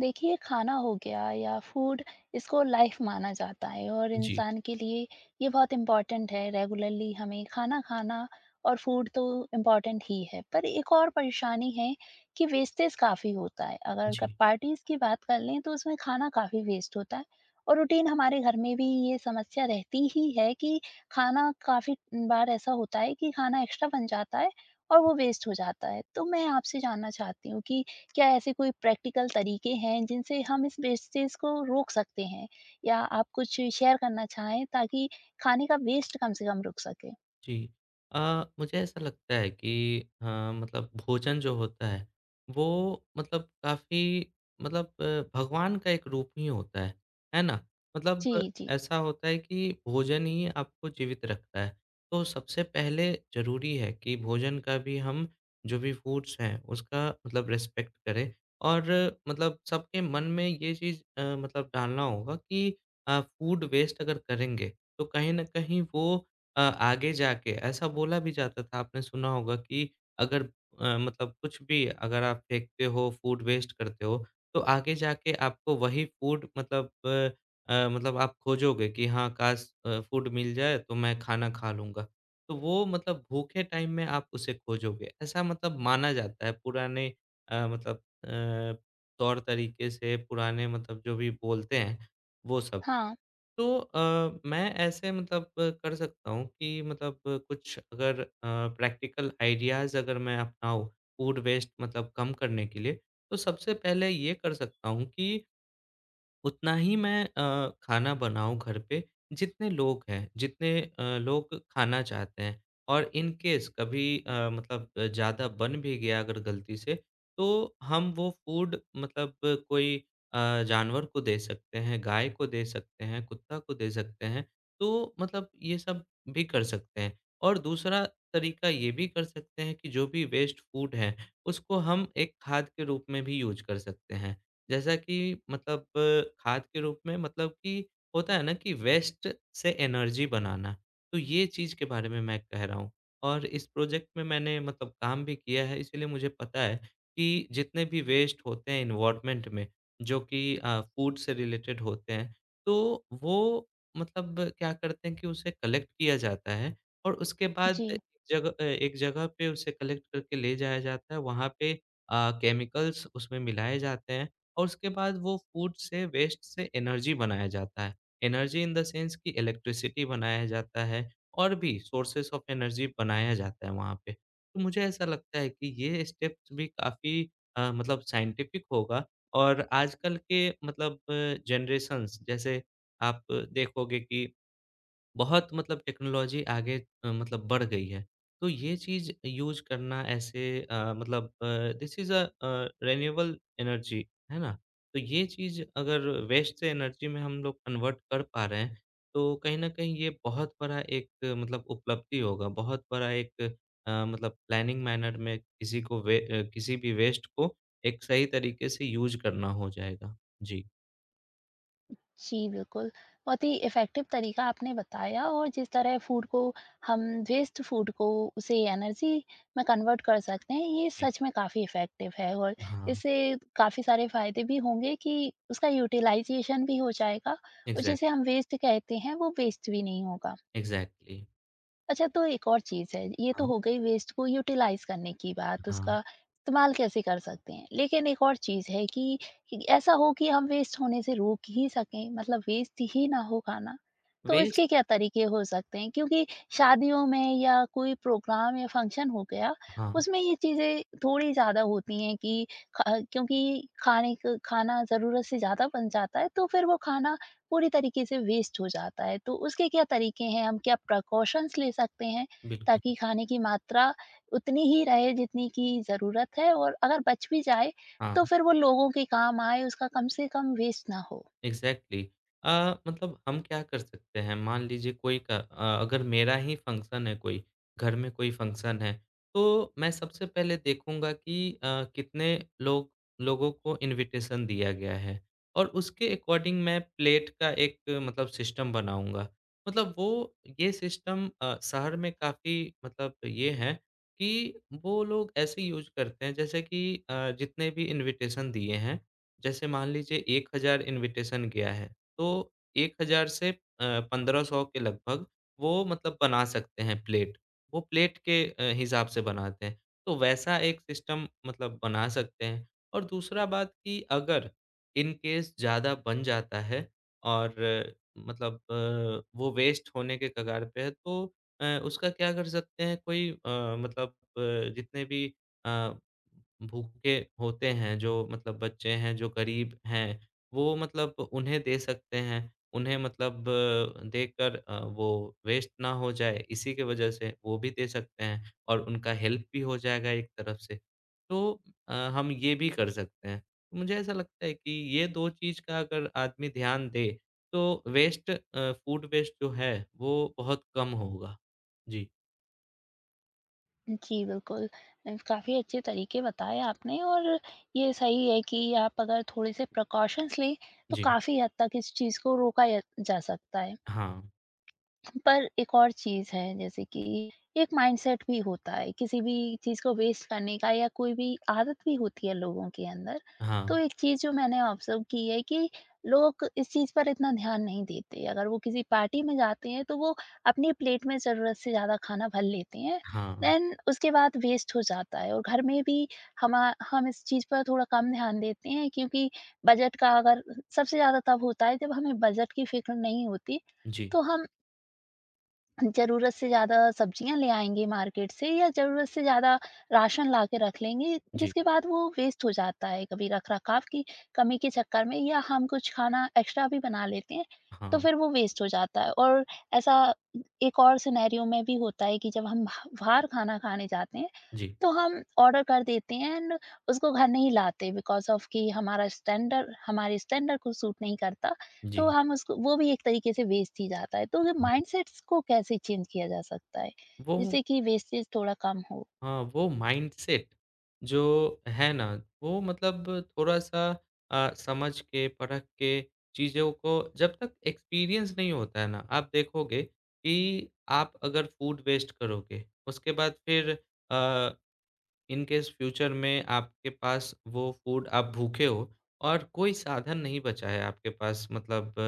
देखिए, खाना हो गया या फूड, इसको लाइफ माना जाता है। और जी, इंसान के लिए ये बहुत इम्पोर्टेंट है, रेगुलरली हमें खाना खाना। और फूड तो इम्पोर्टेंट ही है, पर एक और परेशानी है कि वेस्टेज काफ़ी होता है। अगर जी, पार्टीज की बात कर लें तो उसमें खाना काफ़ी वेस्ट होता है। और रूटीन हमारे घर में भी ये समस्या रहती ही है कि खाना काफ़ी बार ऐसा होता है कि खाना एक्स्ट्रा बन जाता है और वो वेस्ट हो जाता है। तो मैं आपसे जानना चाहती हूँ कि क्या ऐसे कोई प्रैक्टिकल तरीके हैं जिनसे हम इस वेस्टेज को रोक सकते हैं, या आप कुछ शेयर करना चाहें ताकि खाने का वेस्ट कम से कम रुक सके। जी। अ, मुझे ऐसा लगता है कि मतलब भोजन जो होता है, वो मतलब काफ़ी मतलब भगवान का एक रूप ही होता है ना? मतलब जी, जी। ऐसा होता है कि भोजन ही आपको जीवित रखता है। तो सबसे पहले ज़रूरी है कि भोजन का भी हम जो भी फूड्स हैं, उसका मतलब रिस्पेक्ट करें और मतलब सबके मन में ये चीज़ मतलब डालना होगा कि फूड वेस्ट अगर करेंगे, तो कहीं न कहीं वो आगे जाके ऐसा बोला भी जाता था आपने सुना होगा कि अगर मतलब कुछ भी अगर आप फेंकते हो फूड वेस्ट करते हो तो आगे जाके आपको वही फूड मतलब मतलब आप खोजोगे कि हाँ काश फूड मिल जाए तो मैं खाना खा लूँगा। तो वो मतलब भूखे टाइम में आप उसे खोजोगे ऐसा मतलब माना जाता है पुराने मतलब अ, तौर तरीके से पुराने मतलब जो भी बोलते हैं वो सब। हाँ, तो मैं ऐसे मतलब कर सकता हूँ कि मतलब कुछ अगर प्रैक्टिकल आइडियाज़ अगर मैं अपनाऊँ फूड वेस्ट मतलब कम करने के लिए, तो सबसे पहले ये कर सकता हूँ कि उतना ही मैं खाना बनाऊँ घर पे जितने लोग हैं, जितने लोग खाना चाहते हैं। और इन केस कभी ज़्यादा बन भी गया अगर गलती से, तो हम वो फूड मतलब कोई जानवर को दे सकते हैं, गाय को दे सकते हैं, कुत्ता को दे सकते हैं। तो मतलब ये सब भी कर सकते हैं। और दूसरा तरीका ये भी कर सकते हैं कि जो भी वेस्ट फूड है, उसको हम एक खाद के रूप में भी यूज़ कर सकते हैं। जैसा कि मतलब खाद के रूप में मतलब कि होता है ना कि वेस्ट से एनर्जी बनाना, तो ये चीज़ के बारे में मैं कह रहा हूँ। और इस प्रोजेक्ट में मैंने मतलब काम भी किया है इसीलिए मुझे पता है कि जितने भी वेस्ट होते हैं एनवायरनमेंट में जो कि फूड से रिलेटेड होते हैं, तो वो मतलब क्या करते हैं कि उसे कलेक्ट किया जाता है और उसके बाद जी। एक जगह पे उसे कलेक्ट करके ले जाया जाता है, वहाँ पे केमिकल्स उसमें मिलाए जाते हैं। और उसके बाद वो फूड से वेस्ट से एनर्जी बनाया जाता है। एनर्जी इन द सेंस कि इलेक्ट्रिसिटी बनाया जाता है और भी सोर्सेस ऑफ एनर्जी बनाया जाता है वहाँ पे। तो मुझे ऐसा लगता है कि ये स्टेप्स भी काफ़ी मतलब साइंटिफिक होगा और आजकल के मतलब जनरेशंस जैसे आप देखोगे कि बहुत मतलब टेक्नोलॉजी आगे मतलब बढ़ गई है। तो ये चीज़ यूज़ करना ऐसे this is a renewable energy, है ना? तो ये चीज़ अगर वेस्ट से एनर्जी में हम लोग कन्वर्ट कर पा रहे हैं, तो कहीं न कहीं ये बहुत बड़ा एक मतलब उपलब्धि होगा, बहुत बड़ा एक मतलब प्लानिंग मैनर में किसी को किसी भी वेस्ट को एक सही तरीके से यूज़ करना हो जाएगा। जी, जी, बिल्कुल। बहुत ही इफ़ेक्टिव तरीका आपने बताया, और जिस तरह फूड को हम वेस्ट फूड को उसे एनर्जी में कन्वर्ट कर सकते हैं, ये जी। सच में काफ़ी इफ़ेक्टिव है। और हाँ, इससे काफ़ी सारे फ़ायदे भी होंगे कि उसका यूटिलाइज़ेशन भी हो जाएगा और एग्ज़ैक्ट जिसे हम वेस्ट कहते हैं, वो वेस्ट भी नहीं होगा। एग्ज़ैक्टली। अच्छा, तो एक और चीज़ है। ये तो हाँ, हो गई वेस्ट को यूटिलाइज़ करने की बात, उसका हाँ। इस्तेमाल कैसे कर सकते हैं। लेकिन एक और चीज़ है कि ऐसा हो कि हम वेस्ट होने से रोक ही सकें, मतलब वेस्ट ही ना हो खाना, तो वेस्ट इसके क्या तरीके हो सकते हैं? क्योंकि शादियों में या कोई प्रोग्राम या फंक्शन हो गया, हाँ, उसमें ये चीज़ें थोड़ी ज़्यादा होती हैं कि ख क्योंकि खाने क खाना ज़रूरत से ज़्यादा बन जाता है, तो फिर वो खाना पूरी तरीके से वेस्ट हो जाता है। तो उसके क्या तरीके हैं? हम क्या प्रिकॉशंस ले सकते हैं बिल्कुल। ताकि खाने की मात्रा उतनी ही रहे जितनी की ज़रूरत है, और अगर बच भी जाए तो हाँ, फिर वो लोगों के काम आए, उसका कम से कम वेस्ट ना हो? एग्ज़ैक्टली। अ, मतलब हम क्या कर सकते हैं, मान लीजिए कोई अगर मेरा ही फ़ंक्शन है कोई, घर में कोई फ़ंक्शन है, तो मैं सबसे पहले देखूँगा कि कितने लोग लोगों को इन्विटेशन दिया गया है और उसके अकॉर्डिंग मैं प्लेट का एक मतलब सिस्टम बनाऊँगा। मतलब वो ये सिस्टम शहर में काफ़ी मतलब ये है कि वो लोग ऐसे यूज़ करते हैं जैसे कि जितने भी इन्विटेशन दिए हैं जैसे मान लीजिए 1000 इनविटेशन गया है, तो 1000 से अ, 1500 के लगभग वो मतलब बना सकते हैं प्लेट। वो प्लेट के हिसाब से बनाते हैं। तो वैसा एक सिस्टम मतलब बना सकते हैं और दूसरा बात कि अगर इन केस ज़्यादा बन जाता है और वो वेस्ट होने के कगार पे है तो उसका क्या कर सकते हैं कोई मतलब जितने भी अ भूखे होते हैं जो मतलब बच्चे हैं, जो गरीब हैं, वो मतलब उन्हें दे सकते हैं। उन्हें मतलब देकर वो वेस्ट ना हो जाए, इसी की वजह से वो भी दे सकते हैं और उनका हेल्प भी हो जाएगा एक तरफ से। तो हम ये भी कर सकते हैं। मुझे ऐसा लगता है कि ये 2 चीज़ का अगर आदमी ध्यान दे, तो फूड वेस्ट जो है, वो बहुत कम होगा। जी, जी, बिल्कुल। काफ़ी अच्छे तरीके बताए आपने, और ये सही है कि आप अगर थोड़े से प्रिकॉशंस लें तो जी। काफ़ी हद तक इस चीज़ को रोका य जा सकता है। हाँ, पर एक और चीज़ है जैसे कि एक माइंडसेट भी होता है, किसी भी चीज़ को वेस्ट करने का, या कोई भी आदत भी होती है लोगों के अंदर। तो हाँ, एक चीज़ जो मैंने ऑब्ज़र्व की है कि लोग इस चीज़ पर इतना ध्यान नहीं देते। अगर वो किसी पार्टी में जाते हैं तो वो अपनी प्लेट में ज़रूरत से ज़्यादा खाना भर लेते हैं, हाँ। देन उसके बाद वेस्ट हो जाता है। और घर में भी हमा हम इस चीज़ पर थोड़ा कम ध्यान देते हैं, क्योंकि बजट का अगर सबसे ज़्यादा तब होता है जब हमें बजट की फ़िक्र नहीं होती, जी, तो हम ज़रूरत से ज़्यादा सब्जियाँ ले आएँगे मार्केट से, या ज़रूरत से ज़्यादा राशन ला के रख लेंगे, जी। जिसके बाद वो वेस्ट हो जाता है, कभी रख-रखाव की कमी के चक्कर में, या हम कुछ खाना एक्स्ट्रा भी बना लेते हैं, तो हाँ, फिर वो वेस्ट हो जाता है। और ऐसा एक और सिनेरियो में भी होता है कि जब हम बाहर खाना खाने जाते हैं जी, तो हम ऑर्डर कर देते हैं, एंड उसको घर नहीं लाते बिकॉज़ ऑफ़ कि हमारा स्टैंडर्ड हमारे स्टैंडर्ड को सूट नहीं करता, तो जी, हम उसको, वो भी एक तरीके से वेस्ट ही जाता है। तो ये हाँ। माइंडसेट्स को कैसे चेंज किया जा सकता है, वो जिससे कि वेस्टेज थोड़ा कम हो? हाँ, वो माइंडसेट जो है ना, वो मतलब थोड़ा-सा समझ के, परख के चीज़ों को जब तक एक्सपीरियंस नहीं होता है ना, आप देखोगे कि आप अगर फूड वेस्ट करोगे, उसके बाद फिर अ इन केस फ्यूचर में आपके पास वो फूड आप भूखे हो और कोई साधन नहीं बचा है आपके पास मतलब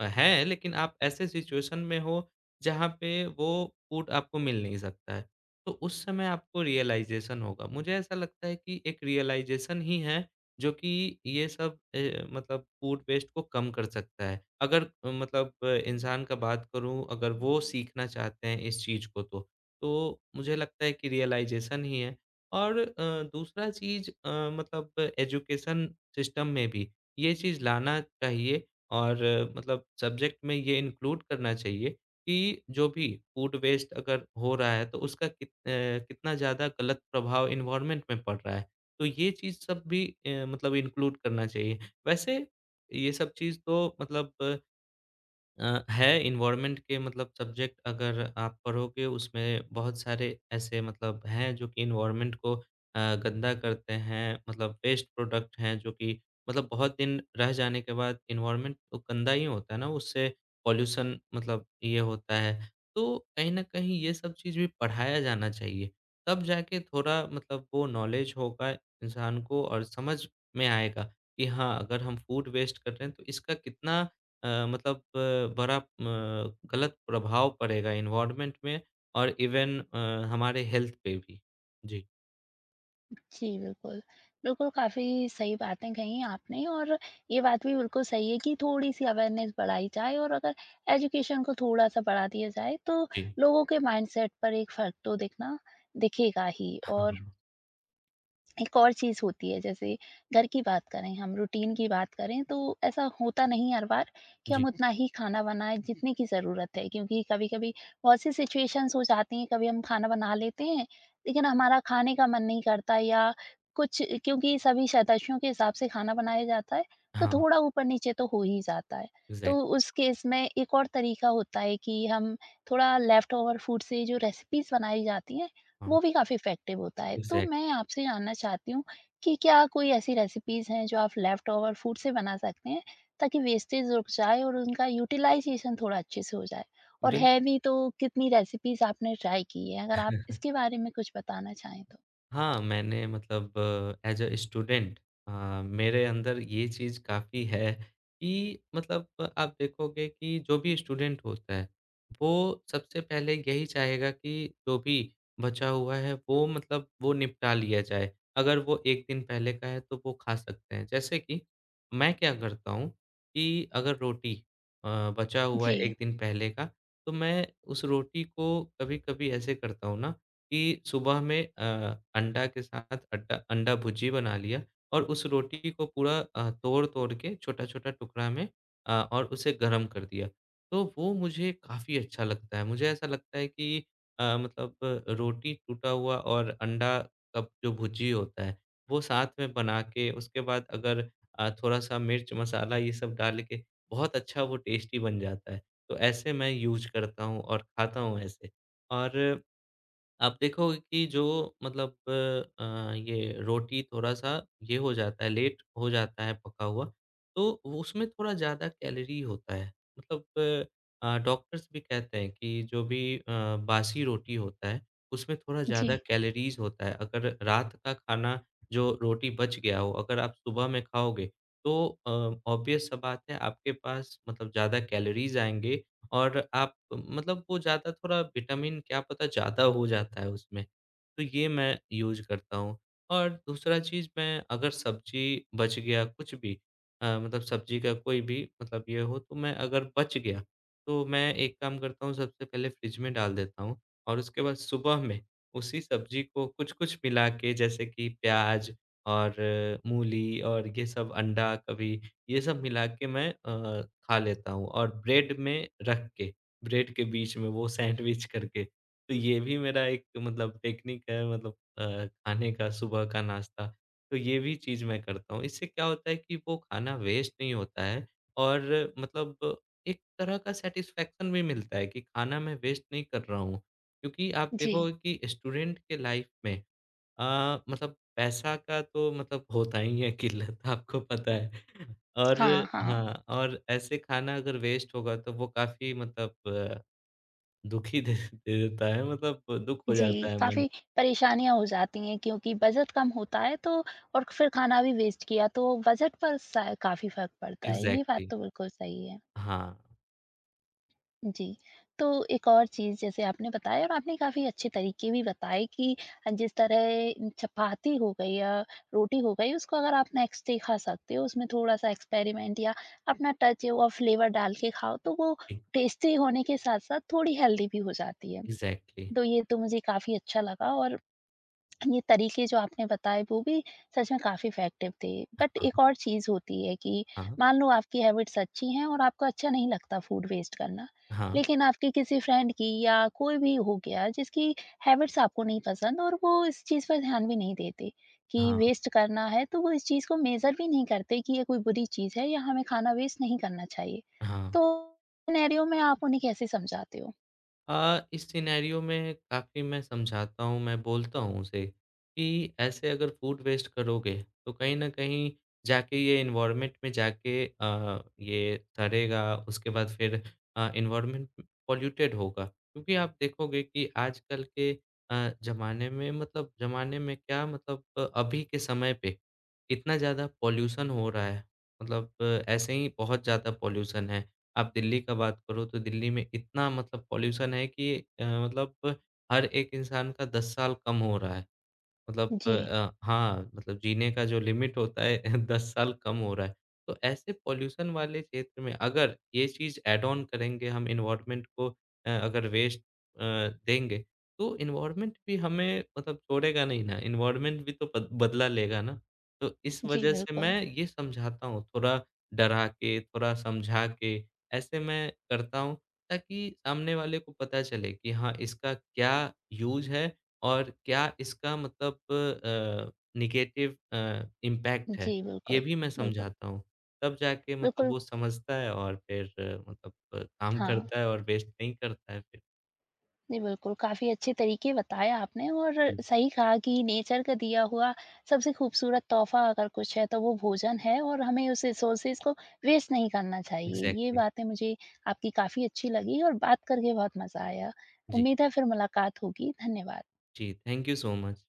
है लेकिन आप ऐसे सिचुएशन में हो जहाँ पे वो फूड आपको मिल नहीं सकता है। तो उस समय आपको रियलाइज़ेशन होगा। मुझे ऐसा लगता है कि एक रियलाइज़ेशन ही है जो कि ये सब मतलब फूड वेस्ट को कम कर सकता है। अगर इंसान का बात करूँ अगर वो सीखना चाहते हैं इस चीज़ को तो। तो मुझे लगता है कि रियलाइज़ेशन ही है। और दूसरा चीज़ मतलब एजुकेशन सिस्टम में भी ये चीज़ लाना चाहिए और मतलब सब्जेक्ट में ये इंक्लूड करना चाहिए कि जो भी फूड वेस्ट अगर हो रहा है तो उसका कितना ज़्यादा गलत प्रभाव एनवायरनमेंट में पड़ रहा है। तो ये चीज़ सब भी मतलब इंक्लूड करना चाहिए। वैसे ये सब चीज़ तो मतलब है एनवायरनमेंट के मतलब सब्जेक्ट अगर आप पढ़ोगे उसमें बहुत सारे ऐसे मतलब हैं जो कि एनवायरनमेंट को गंदा करते हैं मतलब वेस्ट प्रोडक्ट हैं जो कि मतलब बहुत दिन रह जाने के बाद एनवायरनमेंट तो गंदा ही होता है ना उससे पॉल्यूशन मतलब ये होता है। तो कहीं न कहीं ये सब चीज़ भी पढ़ाया जाना चाहिए। तब जाके थोड़ा मतलब वो नॉलेज होगा इंसान को और समझ में आएगा कि हाँ, अगर हम फूड वेस्ट कर रहे हैं तो इसका कितना बड़ा गलत प्रभाव पड़ेगा एनवायरनमेंट में और इवन हमारे हेल्थ पे भी। जी। जी, बिल्कुल। बिल्कुल, काफ़ी सही बातें कही आपने, और ये बात भी बिल्कुल सही है कि थोड़ी-सी अवेयरनेस बढ़ाई जाए, और अगर एजुकेशन को थोड़ा-सा बढ़ा दिया जाए, तो जी। लोगों के माइंडसेट पर एक फ़र्क तो दिखना दिखेगा ही। हाँ, और एक और चीज़ होती है जैसे घर की बात करें, हम रूटीन की बात करें, तो ऐसा होता नहीं हर बार कि हम जी। उतना ही खाना बनाएं जितने की ज़रूरत है, क्योंकि कभी कभी बहुत सी सिचुएशंस हो जाती हैं, कभी हम खाना बना लेते हैं लेकिन हमारा खाने का मन नहीं करता, या कुछ, क्योंकि सभी सदस्यों के हिसाब से खाना बनाया जाता है तो हाँ, थोड़ा ऊपर नीचे तो हो ही जाता है। तो एग्ज़ैक्टली। उस केस में एक और तरीका होता है कि हम थोड़ा लेफ्ट ओवर फूड से जो रेसिपीज बनाई जाती हैं, हाँ, वो भी काफ़ी इफ़ेक्टिव होता है। तो मैं एग्ज़ैक्ट आपसे जानना चाहती हूँ कि क्या कोई ऐसी रेसिपीज़ हैं जो आप लेफ़्ट ओवर फूड से बना सकते हैं, ताकि वेस्टेज रुक जाए और उनका यूटिलाइज़ेशन थोड़ा अच्छे से हो जाए? और बिल है भी तो कितनी रेसिपीज़ आपने ट्राई की है? अगर आप इसके बारे में कुछ बताना चाहें तो? हाँ, मैंने मतलब एज़ अ स्टूडेंट मेरे अंदर ये चीज़ काफ़ी है कि मतलब आप देखोगे कि जो भी स्टूडेंट होता है, वो सबसे पहले यही चाहेगा कि जो भी बचा हुआ है वो मतलब वो निपटा लिया जाए। अगर वो 1 दिन पहले का है तो वो खा सकते हैं। जैसे कि मैं क्या करता हूँ कि अगर रोटी बचा हुआ जी, है 1 दिन पहले का, तो मैं उस रोटी को कभी-कभी ऐसे करता हूँ ना कि सुबह में अंडा के साथ अड्डा अंडा भुर्जी बना लिया और उस रोटी को पूरा तोड़-तोड़ के छोटा-छोटा टुकड़ा में और उसे गरम कर दिया। तो वो मुझे काफ़ी अच्छा लगता है। मुझे ऐसा लगता है कि रोटी टूटा हुआ और अंडा का जो भुर्जी होता है, वो साथ में बना के उसके बाद अगर थोड़ा-सा मिर्च मसाला ये सब डाल के बहुत अच्छा वो टेस्टी बन जाता है। तो ऐसे मैं यूज़ करता हूँ और खाता हूँ ऐसे। और आप देखोगे कि जो मतलब ये रोटी थोड़ा-सा ये हो जाता है, लेट हो जाता है पका हुआ, तो वो- उसमें थोड़ा ज़्यादा कैलोरी होता है। मतलब डॉक्टर्स भी कहते हैं कि जो भी बासी रोटी होता है, उसमें थोड़ा जी, ज़्यादा कैलोरीज़ होता है। अगर रात का खाना जो रोटी बच गया हो, अगर आप सुबह में खाओगे, तो ऑब्वियस सा बात है आपके पास मतलब ज़्यादा कैलोरीज़ आएँगे और आप मतलब वो ज़्यादा थोड़ा विटामिन क्या पता ज़्यादा हो जाता है उसमें। तो ये मैं यूज़ करता हूँ। और दूसरा चीज़ मैं अगर सब्ज़ी बच गया कुछ भी मतलब सब्ज़ी का कोई भी मतलब ये हो तो मैं अगर बच गया, तो मैं एक काम करता हूँ सबसे पहले फ्रिज में डाल देता हूँ और उसके बाद सुबह में उसी सब्ज़ी को कुछ-कुछ मिला के जैसे कि प्याज़ और मूली और ये सब अंडा कभी ये सब मिला के मैं खा लेता हूँ और ब्रेड में रख के, ब्रेड के बीच में वो सैंडविच करके तो ये भी मेरा एक मतलब टेक्निक है मतलब खाने का सुबह का नाश्ता। तो ये भी चीज़ मैं करता हूँ। इससे क्या होता है कि वो खाना वेस्ट नहीं होता है और मतलब एक तरह का सैटिस्फैक्शन भी मिलता है कि खाना मैं वेस्ट नहीं कर रहा हूँ। क्योंकि आप जी। देखोगे कि स्टूडेंट के लाइफ में अ, मतलब पैसा का तो मतलब होता ही है किल्लत आपको पता है और हाँ, हाँ। हाँ, और ऐसे खाना अगर वेस्ट होगा तो वो काफ़ी मतलब दुखी दे दे देता है मतलब दुःख हो जी, जाता है मन। काफ़ी परेशानियाँ हो जाती हैं क्योंकि बजट कम होता है, तो और फिर खाना भी वेस्ट किया तो बजट पर स काफ़ी फ़र्क पड़ता है। ये बात एग्ज़ैक्टली। तो बिल्कुल सही है। हाँ, जी। तो एक और चीज़ जैसे आपने बताया, और आपने काफ़ी अच्छे तरीके भी बताए कि जिस तरह चपाती हो गई या रोटी हो गई, उसको अगर आप नेक्स्ट डे खा सकते हो, उसमें थोड़ा-सा एक्सपेरिमेंट या अपना टच और फ्लेवर डाल के खाओ, तो वो ए टेस्टी होने के साथ-साथ थोड़ी हेल्दी भी हो जाती है। एग्ज़ैक्टली। तो ये तो मुझे काफ़ी अच्छा लगा, और ये तरीके जो आपने बताए वो भी सच में काफ़ी इफ़ेक्टिव थे। बट हाँ, एक और चीज़ होती है कि हाँ, मान लो आपकी हैबिट्स अच्छी हैं और आपको अच्छा नहीं लगता फूड वेस्ट करना। हाँ, लेकिन आपके किसी फ्रेंड की, या कोई भी हो गया जिसकी हैबिट्स आपको नहीं पसंद, और वो इस चीज़ पर ध्यान भी नहीं देते कि हाँ, वेस्ट करना है, तो वो इस चीज़ को मेज़र भी नहीं करते कि ये कोई बुरी चीज़ है या हमें खाना वेस्ट नहीं करना चाहिए। हाँ। तो सिनेरियो में आप उन्हें कैसे समझाते हो? इस सिनेरियो में काफ़ी मैं समझाता हूँ, मैं बोलता हूँ उसे कि ऐसे अगर फूड वेस्ट करोगे, तो कहीं न कहीं जाके ये एनवायरनमेंट में जाके ये सड़ेगा, उसके बाद फिर एनवायरनमेंट पॉल्यूटेड होगा। क्योंकि आप देखोगे कि आजकल के ज़माने में मतलब ज़माने में क्या मतलब अभी के समय पे, इतना ज़्यादा पॉल्यूशन हो रहा है। मतलब ऐसे ही बहुत ज़्यादा पॉल्यूशन है। आप दिल्ली का बात करो तो दिल्ली में इतना मतलब पॉल्यूशन है कि मतलब हर एक इंसान का 10 साल कम हो रहा है। मतलब जी। हाँ, मतलब जीने का जो लिमिट होता है 10 साल कम हो रहा है। तो ऐसे पॉल्यूशन वाले क्षेत्र में अगर ये चीज़ ऐड ऑन करेंगे हम एनवायरनमेंट को अगर अ, देंगे, तो एनवायरनमेंट भी हमें मतलब छोड़ेगा नहीं ना, एनवायरनमेंट भी तो बद बदला लेगा ना। तो इस जी, वजह से बिल्कुल। मैं ये समझाता हूँ, थोड़ा डरा के, थोड़ा समझा के, ऐसे मैं करता हूँ ताकि सामने वाले को पता चले कि हाँ, इसका क्या यूज़ है और क्या इसका मतलब नेगेटिव इम्पैक्ट जी, है, ये बिल्कुल। भी मैं बिल्कुल। समझाता हूँ। तब जाके मतलब बिल्कुल, वो समझता है और फिर काम हाँ। करता है और वेस्ट नहीं करता है फिर। जी, बिल्कुल, काफ़ी अच्छे तरीके बताए आपने, और जी, सही कहा कि नेचर का दिया हुआ सबसे खूबसूरत तोहफ़ा अगर कुछ है, तो वो भोजन है, और हमें उस रिसोर्सेज़ को वेस्ट नहीं करना चाहिए। ये एग्ज़ैक्टली। बातें मुझे आपकी काफ़ी अच्छी लगी, और बात करके बहुत मज़ा आया। जी, उम्मीद है फिर मुलाकात होगी। धन्यवाद। जी, थैंक यू सो मच।